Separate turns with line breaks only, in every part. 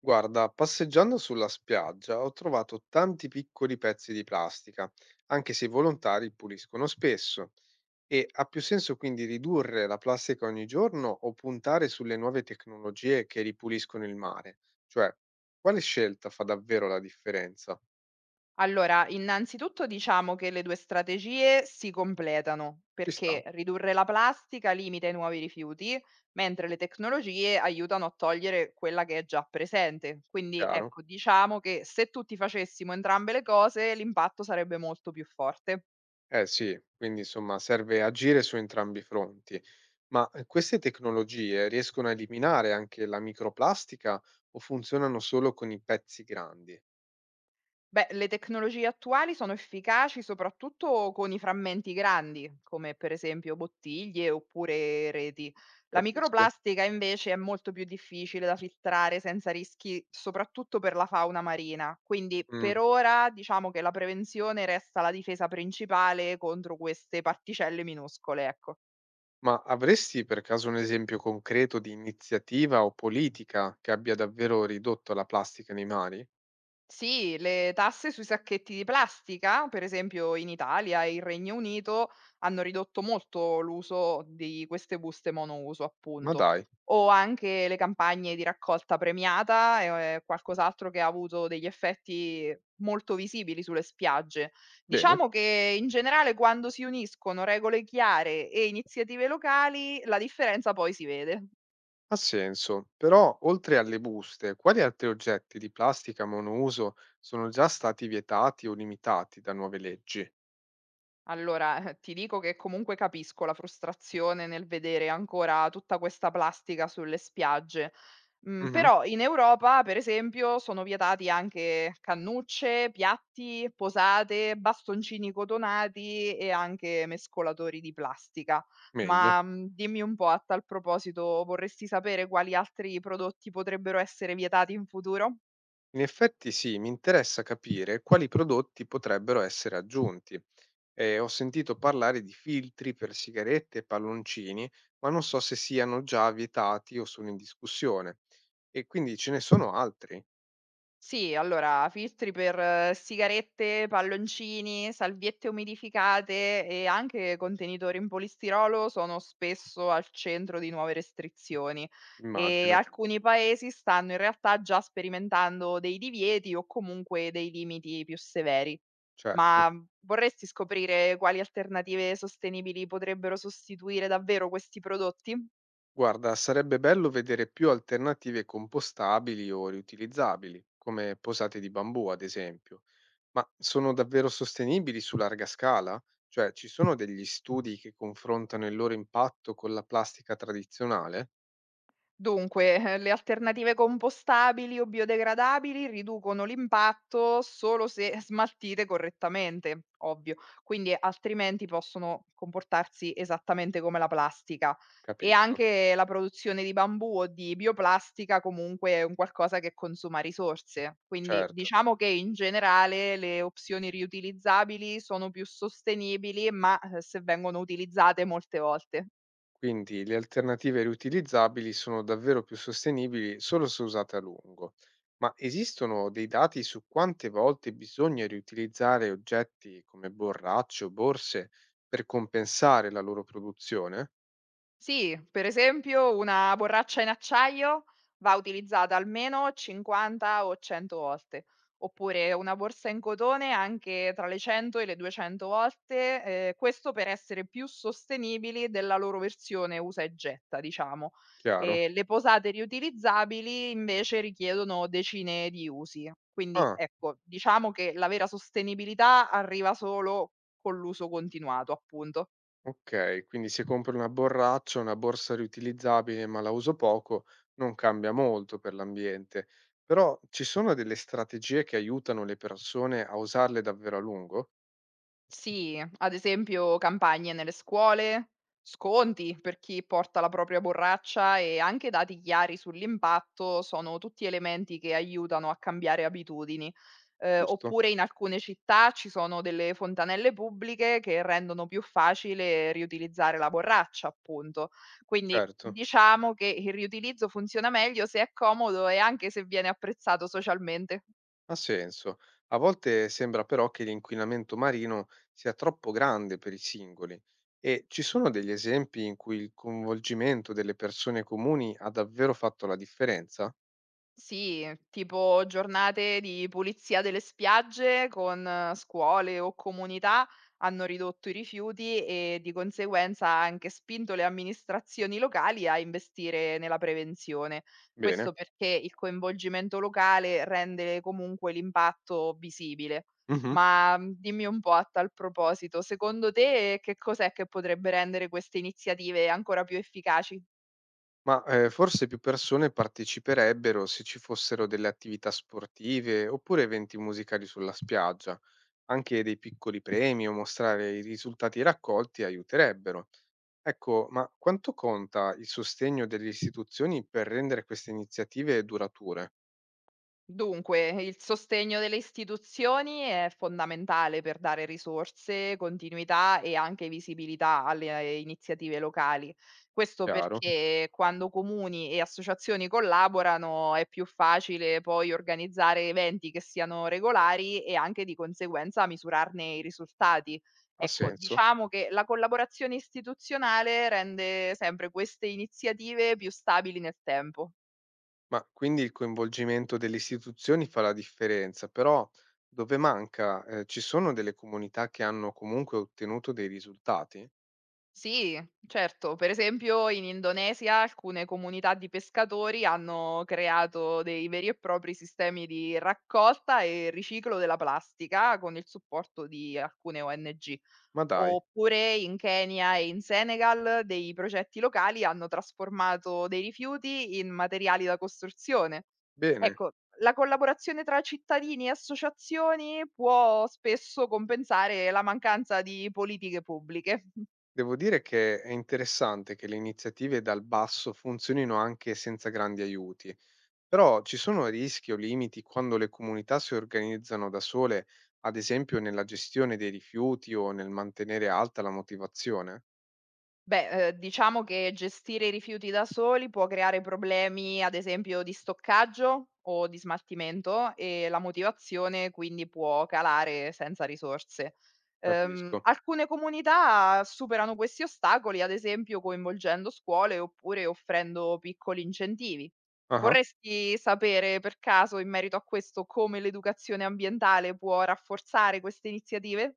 Guarda, passeggiando sulla spiaggia ho trovato tanti piccoli pezzi di plastica, anche se i volontari puliscono spesso. E ha più senso quindi ridurre la plastica ogni giorno o puntare sulle nuove tecnologie che ripuliscono il mare? Cioè, quale scelta fa davvero la differenza?
Allora, innanzitutto diciamo che le 2 strategie si completano,
Ci sta,
perché ridurre la plastica limita i nuovi rifiuti, mentre le tecnologie aiutano a togliere quella che è già presente. Quindi
chiaro?
ecco, diciamo che se tutti facessimo entrambe le cose, l'impatto sarebbe molto più forte.
Eh sì, quindi insomma serve agire su entrambi i fronti. Ma queste tecnologie riescono a eliminare anche la microplastica o funzionano solo con i pezzi grandi?
Beh, le tecnologie attuali sono efficaci soprattutto con i frammenti grandi, come per esempio bottiglie oppure reti. La
Capisco.
microplastica invece è molto più difficile da filtrare senza rischi, soprattutto per la fauna marina. Quindi
Mh.
per ora diciamo che la prevenzione resta la difesa principale contro queste particelle minuscole, ecco.
Ma avresti per caso un esempio concreto di iniziativa o politica che abbia davvero ridotto la plastica nei mari?
Sì, le tasse sui sacchetti di plastica, per esempio in Italia e il Regno Unito, hanno ridotto molto l'uso di queste buste monouso,
Ma
appunto.
dai,
O anche le campagne di raccolta premiata, è qualcos'altro che ha avuto degli effetti molto visibili sulle spiagge.
bene,
Diciamo che in generale quando si uniscono regole chiare e iniziative locali, la differenza poi si vede.
ha senso. Però oltre alle buste, quali altri oggetti di plastica monouso sono già stati vietati o limitati da nuove leggi?
Allora, ti dico che comunque capisco la frustrazione nel vedere ancora tutta questa plastica sulle spiagge,
Mh-mh,
però in Europa, per esempio, sono vietati anche cannucce, piatti, posate, bastoncini cotonati e anche mescolatori di plastica.
meglio.
Dimmi un po', a tal proposito, vorresti sapere quali altri prodotti potrebbero essere vietati in futuro?
In effetti sì, mi interessa capire quali prodotti potrebbero essere aggiunti. Ho sentito parlare di filtri per sigarette e palloncini, ma non so se siano già vietati o sono in discussione. E quindi ce ne sono altri,
Sì, allora filtri per sigarette, palloncini, salviette umidificate e anche contenitori in polistirolo sono spesso al centro di nuove restrizioni e
immagino,
alcuni paesi stanno in realtà già sperimentando dei divieti o comunque dei limiti più severi.
certo.
Vorresti scoprire quali alternative sostenibili potrebbero sostituire davvero questi prodotti?
Guarda, sarebbe bello vedere più alternative compostabili o riutilizzabili, come posate di bambù, ad esempio. Ma sono davvero sostenibili su larga scala? Cioè, ci sono degli studi che confrontano il loro impatto con la plastica tradizionale?
Dunque, le alternative compostabili o biodegradabili riducono l'impatto solo se smaltite correttamente, ovvio, quindi altrimenti possono comportarsi esattamente come la plastica. E
Capisco,
anche la produzione di bambù o di bioplastica comunque è un qualcosa che consuma risorse. Quindi
certo.
diciamo che in generale le opzioni riutilizzabili sono più sostenibili, ma se vengono utilizzate molte volte.
Quindi le alternative riutilizzabili sono davvero più sostenibili solo se usate a lungo. Ma esistono dei dati su quante volte bisogna riutilizzare oggetti come borracce o borse per compensare la loro produzione?
Sì, per esempio una borraccia in acciaio va utilizzata almeno 50 o 100 volte, oppure una borsa in cotone anche tra le 100 e le 200 volte, questo per essere più sostenibili della loro versione usa e getta, diciamo.
Chiaro?
Le posate riutilizzabili invece richiedono decine di usi. Quindi
Ah,
ecco, diciamo che la vera sostenibilità arriva solo con l'uso continuato, appunto.
ok, quindi se compro una borraccia, una borsa riutilizzabile ma la uso poco, non cambia molto per l'ambiente. Però ci sono delle strategie che aiutano le persone a usarle davvero a lungo?
Sì, ad esempio campagne nelle scuole, sconti per chi porta la propria borraccia e anche dati chiari sull'impatto sono tutti elementi che aiutano a cambiare abitudini.
Giusto?
Oppure in alcune città ci sono delle fontanelle pubbliche che rendono più facile riutilizzare la borraccia, appunto. Quindi
Certo.
diciamo che il riutilizzo funziona meglio se è comodo e anche se viene apprezzato socialmente.
Ha senso. A volte sembra però che l'inquinamento marino sia troppo grande per i singoli e ci sono degli esempi in cui il coinvolgimento delle persone comuni ha davvero fatto la differenza?
Sì, tipo giornate di pulizia delle spiagge con scuole o comunità hanno ridotto i rifiuti e di conseguenza ha anche spinto le amministrazioni locali a investire nella prevenzione.
Bene.
Questo perché il coinvolgimento locale rende comunque l'impatto visibile.
Mhm.
Dimmi un po' a tal proposito, secondo te che cos'è che potrebbe rendere queste iniziative ancora più efficaci?
Ma, forse più persone parteciperebbero se ci fossero delle attività sportive oppure eventi musicali sulla spiaggia. Anche dei piccoli premi o mostrare i risultati raccolti aiuterebbero. Ecco, ma quanto conta il sostegno delle istituzioni per rendere queste iniziative durature?
Dunque, il sostegno delle istituzioni è fondamentale per dare risorse, continuità e anche visibilità alle iniziative locali. Questo
Chiaro,
perché quando comuni e associazioni collaborano è più facile poi organizzare eventi che siano regolari e anche di conseguenza misurarne i risultati.
ha
Ecco,
senso.
diciamo che la collaborazione istituzionale rende sempre queste iniziative più stabili nel tempo.
Ma quindi il coinvolgimento delle istituzioni fa la differenza, però dove manca, ci sono delle comunità che hanno comunque ottenuto dei risultati?
Sì, certo. Per esempio in Indonesia alcune comunità di pescatori hanno creato dei veri e propri sistemi di raccolta e riciclo della plastica con il supporto di alcune ONG.
Ma dai.
Oppure in Kenya e in Senegal dei progetti locali hanno trasformato dei rifiuti in materiali da costruzione.
Bene,
Ecco, la collaborazione tra cittadini e associazioni può spesso compensare la mancanza di politiche pubbliche.
devo dire che è interessante che le iniziative dal basso funzionino anche senza grandi aiuti, però ci sono rischi o limiti quando le comunità si organizzano da sole, ad esempio nella gestione dei rifiuti o nel mantenere alta la motivazione?
Beh, diciamo che gestire i rifiuti da soli può creare problemi, ad esempio, di stoccaggio o di smaltimento e la motivazione quindi può calare senza risorse.
Capisco.
Alcune comunità superano questi ostacoli, ad esempio coinvolgendo scuole oppure offrendo piccoli incentivi.
Ah,
Vorresti sapere per caso in merito a questo come l'educazione ambientale può rafforzare queste iniziative?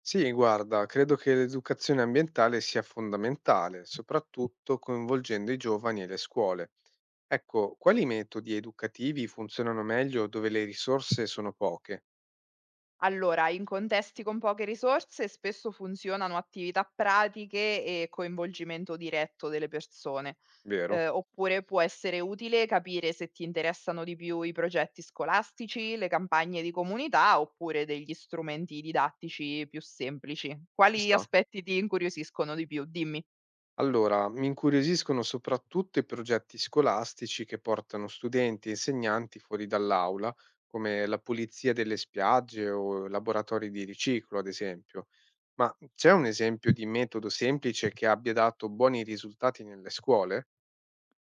sì, guarda, credo che l'educazione ambientale sia fondamentale, soprattutto coinvolgendo i giovani e le scuole. Ecco, quali metodi educativi funzionano meglio dove le risorse sono poche,
Allora, in contesti con poche risorse spesso funzionano attività pratiche e coinvolgimento diretto delle persone.
vero?
Oppure può essere utile capire se ti interessano di più i progetti scolastici, le campagne di comunità oppure degli strumenti didattici più semplici.
Ci
Quali
sta.
aspetti ti incuriosiscono di più? Dimmi.
Allora, mi incuriosiscono soprattutto i progetti scolastici che portano studenti e insegnanti fuori dall'aula, come la pulizia delle spiagge o laboratori di riciclo, ad esempio. Ma c'è un esempio di metodo semplice che abbia dato buoni risultati nelle scuole?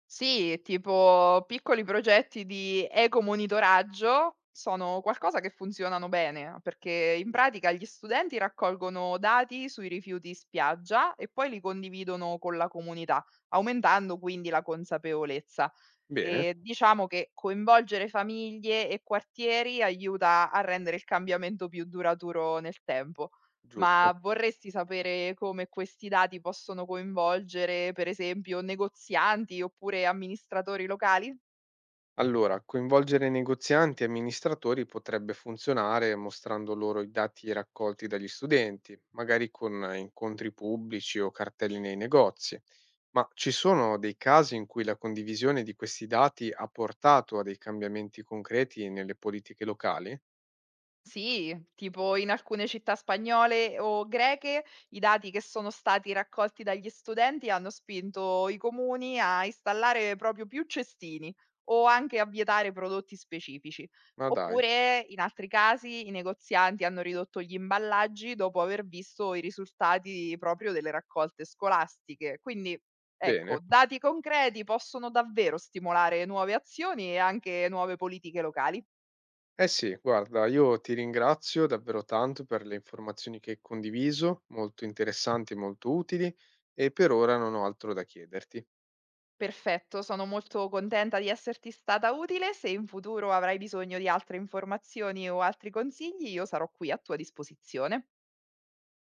Sì, tipo piccoli progetti di eco-monitoraggio sono qualcosa che funzionano bene, perché in pratica gli studenti raccolgono dati sui rifiuti in spiaggia e poi li condividono con la comunità, aumentando quindi la consapevolezza.
Bene,
Diciamo che coinvolgere famiglie e quartieri aiuta a rendere il cambiamento più duraturo nel tempo.
giusto.
Ma vorresti sapere come questi dati possono coinvolgere, per esempio, negozianti oppure amministratori locali?
Allora, coinvolgere negozianti e amministratori potrebbe funzionare mostrando loro i dati raccolti dagli studenti, magari con incontri pubblici o cartelli nei negozi. Ma ci sono dei casi in cui la condivisione di questi dati ha portato a dei cambiamenti concreti nelle politiche locali?
Sì, tipo in alcune città spagnole o greche i dati che sono stati raccolti dagli studenti hanno spinto i comuni a installare proprio più cestini o anche a vietare prodotti specifici.
Ma dai,
Oppure in altri casi i negozianti hanno ridotto gli imballaggi dopo aver visto i risultati proprio delle raccolte scolastiche. Quindi ecco,
bene.
dati concreti possono davvero stimolare nuove azioni e anche nuove politiche locali.
Eh sì, guarda, io ti ringrazio davvero tanto per le informazioni che hai condiviso, molto interessanti e molto utili, e per ora non ho altro da chiederti.
Perfetto, sono molto contenta di esserti stata utile. Se in futuro avrai bisogno di altre informazioni o altri consigli, io sarò qui a tua disposizione.